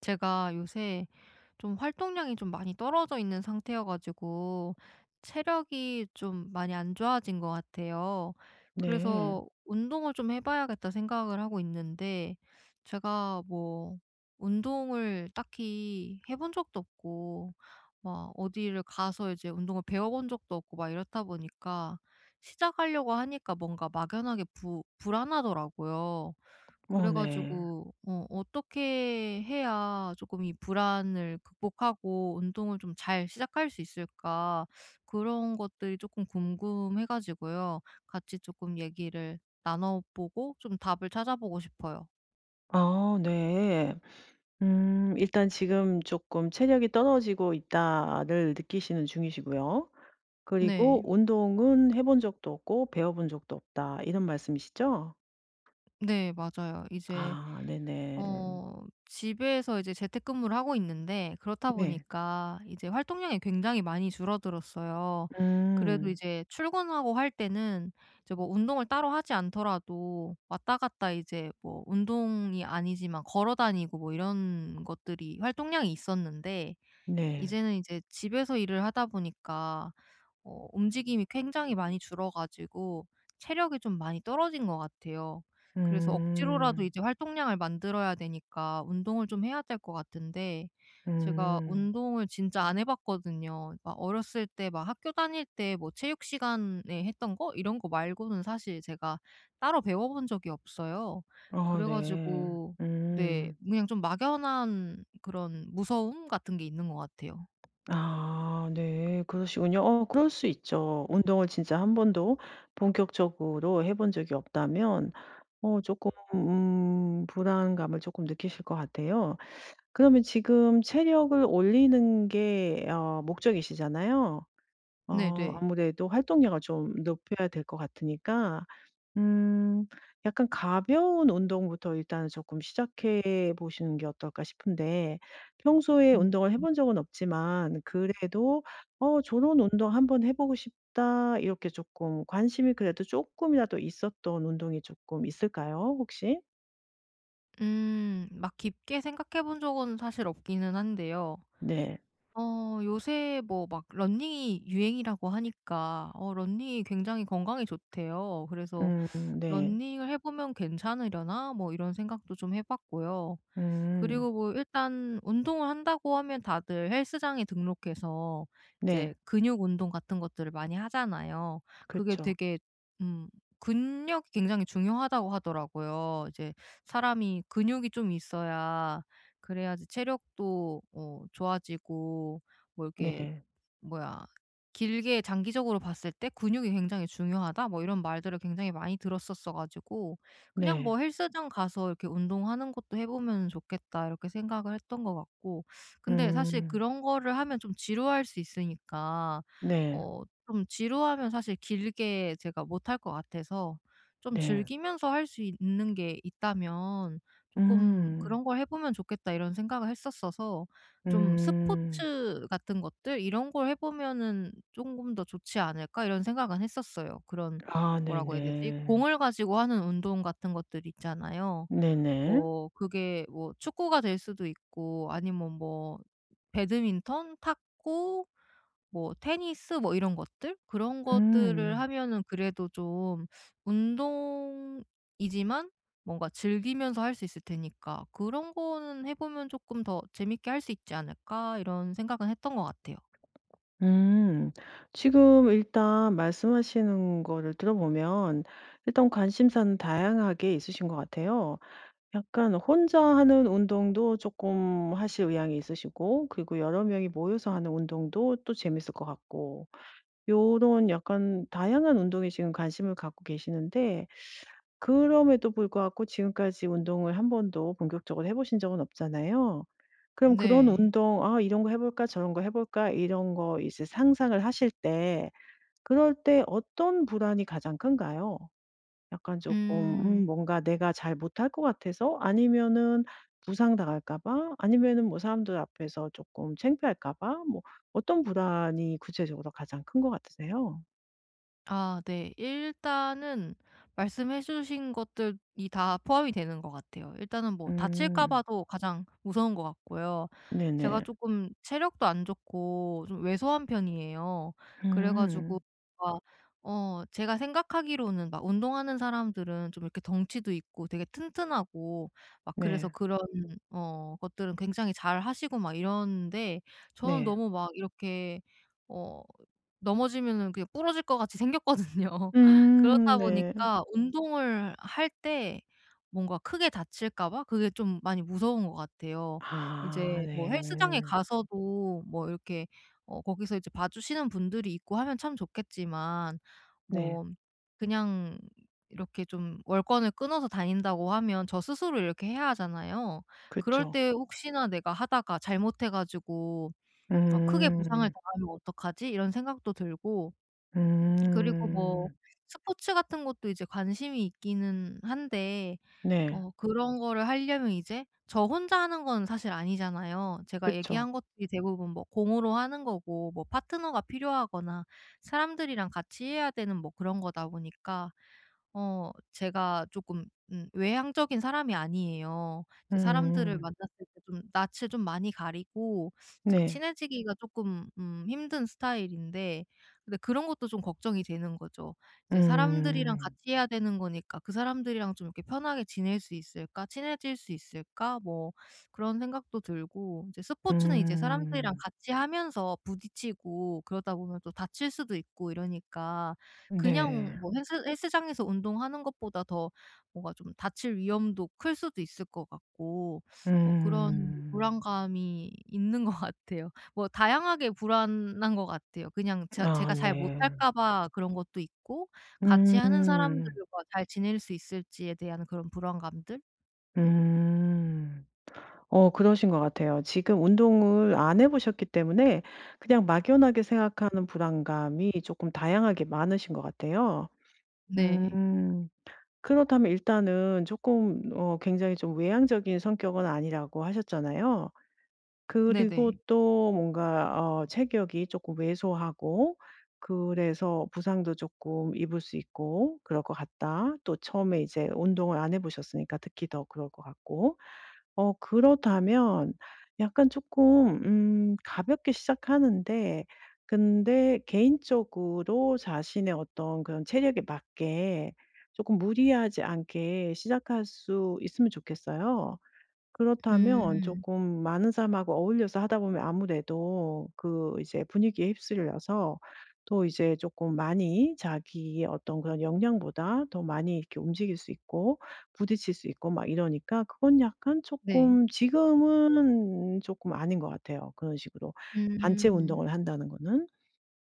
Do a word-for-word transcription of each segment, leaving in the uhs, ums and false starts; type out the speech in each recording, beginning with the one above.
제가 요새 좀 활동량이 좀 많이 떨어져 있는 상태여 가지고 체력이 좀 많이 안 좋아진 것 같아요. 네. 그래서 '운동을 좀 해 봐야겠다.' 생각을 하고 있는데 제가 뭐 운동을 딱히 해본 적도 없고 막 어디를 가서 이제 운동을 배워 본 적도 없고 막 이렇다 보니까 시작하려고 하니까 뭔가 막연하게 부 불안하더라고요. 어 그래 네. 가지고 어 어떻게 해야 조금 이 불안을 극복하고 운동을 좀 잘 시작할 수 있을까? 그런 것들이 조금 궁금해 가지고요. 같이 조금 얘기를 나눠 보고 좀 답을 찾아보고 싶어요. 아 네. 음 일단 지금 조금 '체력이 떨어지고 있다.'를 느끼시는 중이시고요. 그리고 네. "운동은 해본 적도 없고 배워 본 적도 없다." 이런 말씀이시죠? 네 맞아요. 이제 아 네네. 어 집에서 이제 재택근무를 하고 있는데 그렇다 네. 보니까 이제 활동량이 굉장히 많이 줄어들었어요. 그래도 음. 이제 출근하고 할 때는 이제 뭐 운동을 따로 하지 않더라도 왔다 갔다 이제 뭐 운동이 아니지만 걸어 다니고 뭐 이런 것들이 활동량이 있었는데 네. 이제는 이제 집에서 일을 하다 보니까 어 움직임이 굉장히 많이 줄어 가지고 체력이 좀 많이 떨어진 것 같아요. 그래서 억지로라도 음. 이제 활동량을 만들어야 되니까 운동을 좀 해야 될 것 같은데 제가 음. 운동을 진짜 안 해 봤거든요. 막 어렸을 때 막 학교 다닐 때 뭐 체육 시간에 했던 거 이런 거 말고는 사실 제가 따로 배워 본 적이 없어요. 어 그래 네. 가지고 네, 음. 그냥 좀 막연한 그런 무서움 같은 게 있는 것 같아요. 아 네. 그러시군요. 어 그럴 수 있죠. 운동을 진짜 한 번도 본격적으로 해본 적이 없다면 어 조금 음 불안감을 조금 느끼실 것 같아요. 그러면 지금 체력을 올리는 게 어 목적이시잖아요. 어 네네. 아무래도 활동량을 좀 높여야 될 것 같으니까 음. 약간 가벼운 운동부터 일단은 금 시작해 보시는 게 어떨까 싶은데 평소에 음. 운동을 해본 적은 없지만 그래도 '어 저런 운동 한번 해 보고 싶다.' 이렇게 조금 관심이 그래도 조금이라도 있었던 운동이 조금 있을까요 혹시? 음. 막 깊게 생각해 본 적은 사실 없기는 한데요. 네. 어 요새 뭐 막 러닝이 유행이라고 하니까 어 러닝이 굉장히 건강에 좋대요. 그래서 음 네. '러닝을 해 보면 괜찮으려나?' 뭐 이런 생각도 좀 해 봤고요. 음. 그리고 뭐 일단 운동을 한다고 하면 다들 헬스장에 등록해서 이제 네. 근육 운동 같은 것들을 많이 하잖아요. 그 그게 죠 되게 음 근력이 굉장히 중요하다고 하더라고요. 이제 사람이 근육이 좀 있어야 그래야지 체력도 어 좋아지고 뭐 이렇게, 네. 뭐야, "길게 장기적으로 봤을 때 근육이 굉장히 중요하다." 뭐 이런 말들을 굉장히 많이 들었었어 가지고 그냥 네. 뭐 '헬스장 가서 이렇게 운동하는 것도 해 보면 좋겠다.' 이렇게 생각을 했던 것 같고, 근데 사실 음. 그런 거를 하면 좀 지루할 수 있으니까 네. 어 좀 지루하면 사실 길게 제가 못할 것 같아서 좀 네. 즐기면서 할 수 있는 게 있다면 조금 음. '그런 걸 해 보면 좋겠다.' 이런 생각을 했었어서 좀 음. '스포츠 같은 것들 이런 걸 해 보면은 조금 더 좋지 않을까?' 이런 생각은 했었어요. 그런, 아 뭐라고 해야 되지? 네네. 공을 가지고 하는 운동 같은 것들 있잖아요. 네네. 뭐 그게 뭐 축구가 될 수도 있고 아니면 뭐 배드민턴, 탁구, 뭐 테니스 뭐 이런 것들? 그런 것들을 음. 하면은 그래도 좀 운동이지만 뭔가 즐기면서 할 수 있을 테니까 '그런 거는 해 보면 조금 더 재밌게 할 수 있지 않을까?' 이런 생각은 했던 것 같아요. 음. 지금 일단 말씀하시는 거를 들어보면 일단 관심사는 다양하게 있으신 것 같아요. 약간 혼자 하는 운동도 조금 하실 의향이 있으시고 그리고 여러 명이 모여서 하는 운동도 또 재밌을 것 같고 요런 약간 다양한 운동에 지금 관심을 갖고 계시는데 그럼에도 불구하고 지금까지 운동을 한 번도 본격적으로 해 보신 적은 없잖아요. 그럼 그런 네. 운동 '아 이런 거 해 볼까? 저런 거 해 볼까?' 이런 거 이제 상상을 하실 때 그럴 때 어떤 불안이 가장 큰가요? 약간 조금 음 음. 뭔가 내가 잘 못할 것 같아서? 아니면은 부상당할까 봐? 아니면은 뭐 사람들 앞에서 조금 창피할까 봐? 뭐 어떤 불안이 구체적으로 가장 큰 것 같으세요? 아 네. 일단은 말씀해 주신 것들이 다 포함이 되는 것 같아요. 일단은 뭐 다칠까 음. 봐도 가장 무서운 것 같고요. 제가 네네. 조금 체력도 안 좋고 좀 왜소한 편이에요. 그래 가지고 음. 막 어 제가 생각하기로는 막 운동하는 사람들은 좀 이렇게 덩치도 있고 되게 튼튼하고 막 그래서 네. 그런 어 것들은 굉장히 잘하시고 막 이러는데 저는 네. 너무 막 이렇게 어 넘어지면은 그냥 부러질 것 같이 생겼거든요. 음 그렇다 네. 보니까 운동을 할 때 뭔가 크게 다칠까 봐 그게 좀 많이 무서운 것 같아요. 이제 아 뭐 헬스장에 네. 가서도 뭐 이렇게 어 거기서 이제 봐주시는 분들이 있고 하면 참 좋겠지만, 네. 뭐 그냥 이렇게 좀 월권을 끊어서 다닌다고 하면 저 스스로 이렇게 해야 하잖아요. 그럴 그쵸. 때 혹시나 내가 하다가 잘못해 가지고 어 '크게 부상을 음. 당하면 어떡하지?' 이런 생각도 들고, 그리고 뭐 음. 스포츠 같은 것도 이제 관심이 있기는 한데 네. 어 그런 거를 하려면 이제 저 혼자 하는 건 사실 아니잖아요. 제가 그쵸. 얘기한 것들이 대부분 뭐 공으로 하는 거고 뭐 파트너가 필요하거나 사람들이랑 같이 해야 되는 뭐 그런 거다 보니까 어 제가 조금 음 외향적인 사람이 아니에요. 이제 사람들을 음. 만났을 때 좀 낯을 좀 많이 가리고 이제 네. 친해지기가 조금 음 힘든 스타일인데, 근데 그런 것도 좀 걱정이 되는 거죠. 이제 사람들이랑 음. 같이 해야 되는 거니까 '그 사람들이랑 좀 이렇게 편하게 지낼 수 있을까? 친해질 수 있을까?' 뭐 그런 생각도 들고, 이제 스포츠는 이제 사람들이랑 음. 같이 하면서 부딪히고 그러다 보면 또 다칠 수도 있고 이러니까 그냥 네. 뭐 헬스 헬스장에서 운동하는 것보다 더 뭔가 좀 다칠 위험도 클 수도 있을 것 같고 뭐 그런 음. 불안감이 있는 것 같아요. 뭐 다양하게 불안한 것 같아요. 그냥 제 아 제가 잘 네. 못할까 봐 그런 것도 있고, 같이 하는 음. 사람들과 잘 지낼 수 있을지에 대한 그런 불안감들? 음. 어 그러신 것 같아요. 지금 운동을 안 해 보셨기 때문에 그냥 막연하게 생각하는 불안감이 쪼끔 다양하게 많으신 것 같아요. 음. 네. 그렇다면 일단은 조금 어 굉장히 좀 외향적인 성격은 아니라고 하셨잖아요. 그리고 네네. 또 뭔가 어 체격이 조금 왜소하고 그래서 부상도 조금 입을 수 있고 그럴 것 같다. 또 처음에 이제 운동을 안 해 보셨으니까 특히 더 그럴 것 같고. 어 그렇다면 약간 조금 음 가볍게 시작하는데 근데 개인적으로 자신의 어떤 그런 체력에 맞게 조금 무리하지 않게 시작할 수 있으면 좋겠어요. 그렇다면 음. 조금 많은 사람하고 어울려서 하다 보면 아무래도 그 이제 분위기에 휩쓸려서 또 이제 조금 많이 자기의 어떤 그런 역량보다 더 많이 이렇게 움직일 수 있고 부딪힐 수 있고 막 이러니까 그건 약간 네. 조금 지금은 조금 아닌 것 같아요, 그런 식으로 단체 음. 운동을 한다는 거는.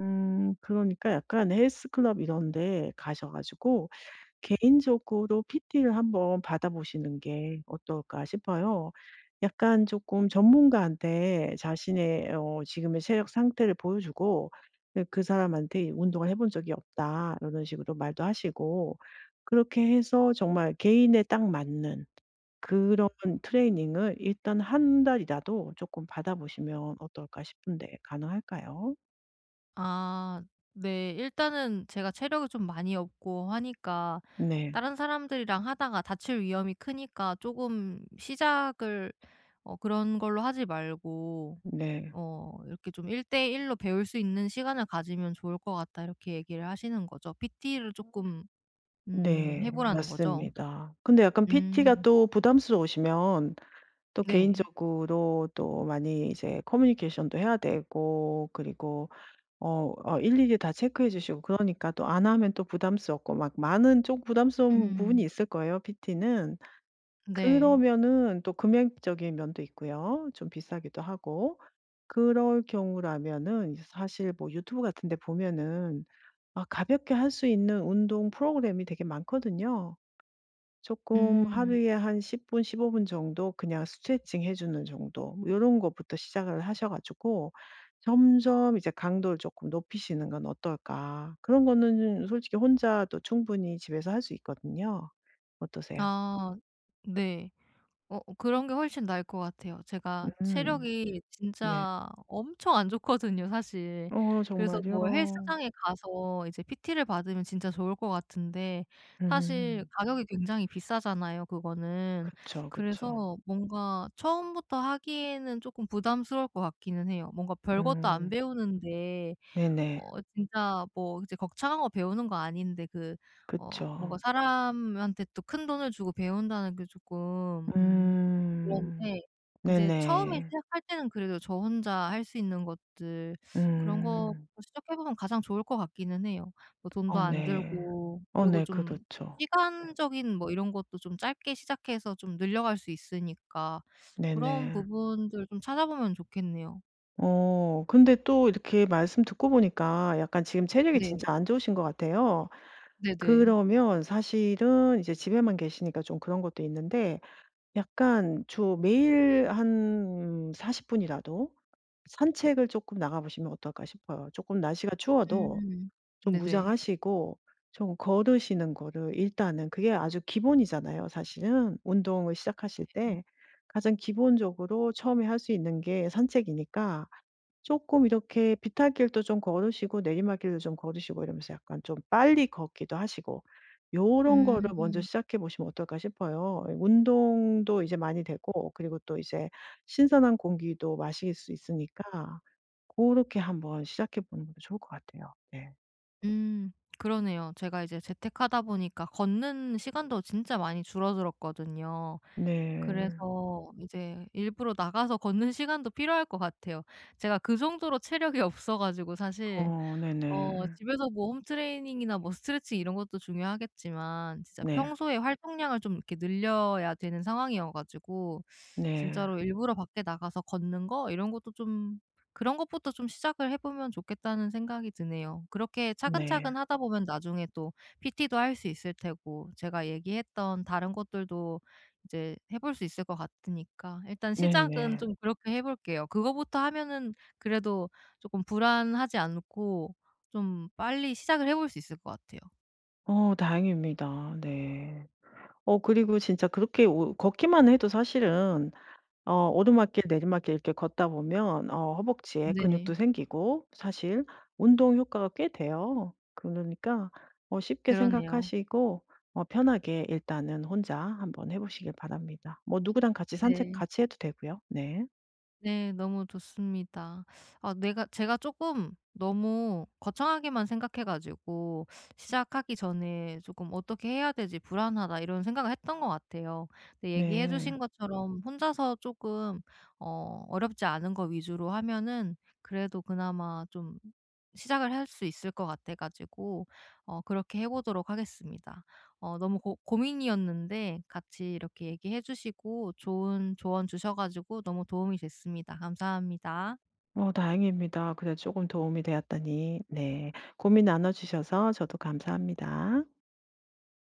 음 그러니까 약간 헬스클럽 이런 데 가셔 가지고 개인적으로 피티를 한번 받아보시는 게 어떨까 싶어요. 약간 조금 전문가한테 자신의 어 지금의 체력 상태를 보여주고 네, 그 사람한테 "운동을 해본 적이 없다." 이런 식으로 말도 하시고 그렇게 해서 정말 개인에 딱 맞는 그런 트레이닝을 일단 한 달이라도 조금 받아보시면 어떨까 싶은데 가능할까요? 아 네. 일단은 제가 체력이 좀 많이 없고 하니까 네. 다른 사람들이랑 하다가 다칠 위험이 크니까 조금 시작을 어 그런 걸로 하지 말고 네. 어 이렇게 좀 일대일로 배울 수 있는 시간을 가지면 좋을 것 같다, 이렇게 얘기를 하시는 거죠. 피티를 조금 음 해 네. 보라는 거죠? 맞습니다. 근데 약간 피티가 음. 또 부담스러우시면 또 네. 개인적으로 또 많이 이제 커뮤니케이션도 해야 되고 그리고 어 어 일일이 다 체크해 주시고 그러니까 또 안 하면 또 부담스럽고 막 많은 좀 부담스러운 부분이 음. 있을 거예요, 피티는. 네. 그러면은 또 금액적인 면도 있고요. 좀 비싸기도 하고. 그럴 경우라면은 이제 사실 뭐 유튜브 같은 데 보면은 아 가볍게 할 수 있는 운동 프로그램이 되게 많거든요. 조금 음. 하루에 한 십 분 십오 분 정도 그냥 스트레칭 해 주는 정도 뭐 요런 것부터 시작을 하셔 가지고 점점 이제 '강도를 조금 높이시는 건 어떨까.' 그런 거는 솔직히 혼자도 충분히 집에서 할 수 있거든요. 어떠세요? 아 네. 어 그런 게 훨씬 나을 것 같아요. 제가 음. 체력이 네. 진짜 엄청 안 좋거든요, 사실. 어 그래서 정말요? 뭐 헬스장에 가서 이제 피티를 받으면 진짜 좋을 것 같은데, 사실 음. 가격이 굉장히 비싸잖아요 그거는. 그쵸, 그쵸. 그래서 뭔가 처음부터 하기에는 쪼끔 부담스러울 것 같기는 해요. 뭔가 별것도 안 음. 배우는데 네네. 어 진짜 뭐 이제 거창한 거 배우는 거 아닌데, 그 어 뭔가 그쵸. 사람한테 또 큰돈을 주고 배운다는 게 조금 음 음. 그런데, 이제 처음에 네네. 시작할 때는 그래도 저 혼자 할 수 있는 것들, 그런 거부터 음. 시작해 보면 가장 좋을 것 같기는 해요. 뭐 돈도 어 안 네. 들고, 어 그리고 네. 좀 그렇죠. 시간적인 뭐 이런 것도 좀 짧게 시작해서 좀 늘려갈 수 있으니까 그런 네네. 부분들 좀 찾아보면 좋겠네요. 어 근데 또 이렇게 말씀 듣고 보니까 약간 지금 체력이 네. 진짜 안 좋으신 것 같아요. 네네. 그러면 사실은 이제 집에만 계시니까 좀 그런 것도 있는데 약간 주 매일 한 40 분이라도 산책을 쪼끔 나가 보시면 어떨까 싶어요. 쪼끔 날씨가 추워도 음. 좀 네네. 무장하시고 좀 걸으시는 거를 일단은 그게 아주 기본이잖아요 사실은. 운동을 시작하실 네. 때 가장 기본적으로 처음에 할 수 있는 게 산책이니까 조금 이렇게 비탈길도 좀 걸으시고 내리막길도 좀 걸으시고 이러면서 약간 좀 빨리 걷기도 하시고 요런 거를 먼저 음. 시작해 보시면 어떨까 싶어요. 운동도 이제 많이 되고 그리고 또 이제 신선한 공기도 마실 수 있으니까 그렇게 한번 시작해 보는 것도 좋을 것 같아요. 네. 음. 그러네요. 제가 이제 재택하다 보니까 걷는 시간도 진짜 많이 줄어들었거든요. 네. 그래서 이제 일부러 나가서 걷는 시간도 필요할 것 같아요. 제가 그 정도로 체력이 없어 가지고 사실 어 네네. 어 집에서 뭐 홈 트레이닝이나 뭐 스트레칭 이런 것도 중요하겠지만 진짜 네. 평소에 활동량을 좀 이렇게 늘려야 되는 상황이어 가지고 네. 진짜로 일부러 밖에 나가서 걷는 거 이런 것도 좀, 그런 것부터 좀 시작을 해 보면 좋겠다는 생각이 드네요. 그렇게 어, 네. 차근차근 하다 보면 나중에 또 피티도 할 수 있을 테고 제가 얘기했던 다른 것들도 이제 해볼 수 있을 것 같으니까 일단 시작은 네네. 좀 그렇게 해 볼게요. 그거부터 하면은 그래도 쪼끔 불안하지 않고 좀 빨리 시작을 해볼 수 있을 것 같아요. 어 다행입니다. 네. 어 그리고 진짜 그렇게 오 걷기만 해도 사실은 어 오르막길 내리막길 이렇게 걷다 보면 어 허벅지에 네. 근육도 생기고 사실 운동 효과가 꽤 돼요. 그러니까 어 쉽게 그러네요. 생각하시고 어 편하게 일단은 혼자 한번 해 보시길 바랍니다. 뭐 누구랑 같이 산책 네. 같이 해도 되고요. 네. 네. 너무 좋습니다. 아 내가 제가 쪼끔 너무 거창하게만 생각해 가지고 시작하기 전에 조금 '어떻게 해야 되지? 불안하다.' 이런 생각을 했던 것 같아요. 근데 얘기해 네. 주신 것처럼 혼자서 쪼끔 어 어렵지 않은 거 위주로 하면은 그래도 그나마 좀 시작을 할 수 있을 것 같아 가지고 어 그렇게 해 보도록 하겠습니다. 어 너무 고 고민이었는데 같이 이렇게 얘기해 주시고 좋은 조언 주셔 가지고 너무 도움이 됐습니다. 감사합니다. 어 다행입니다. 그래도 금 도움이 되었다니. 네. 고민 나눠 주셔서 저도 감사합니다.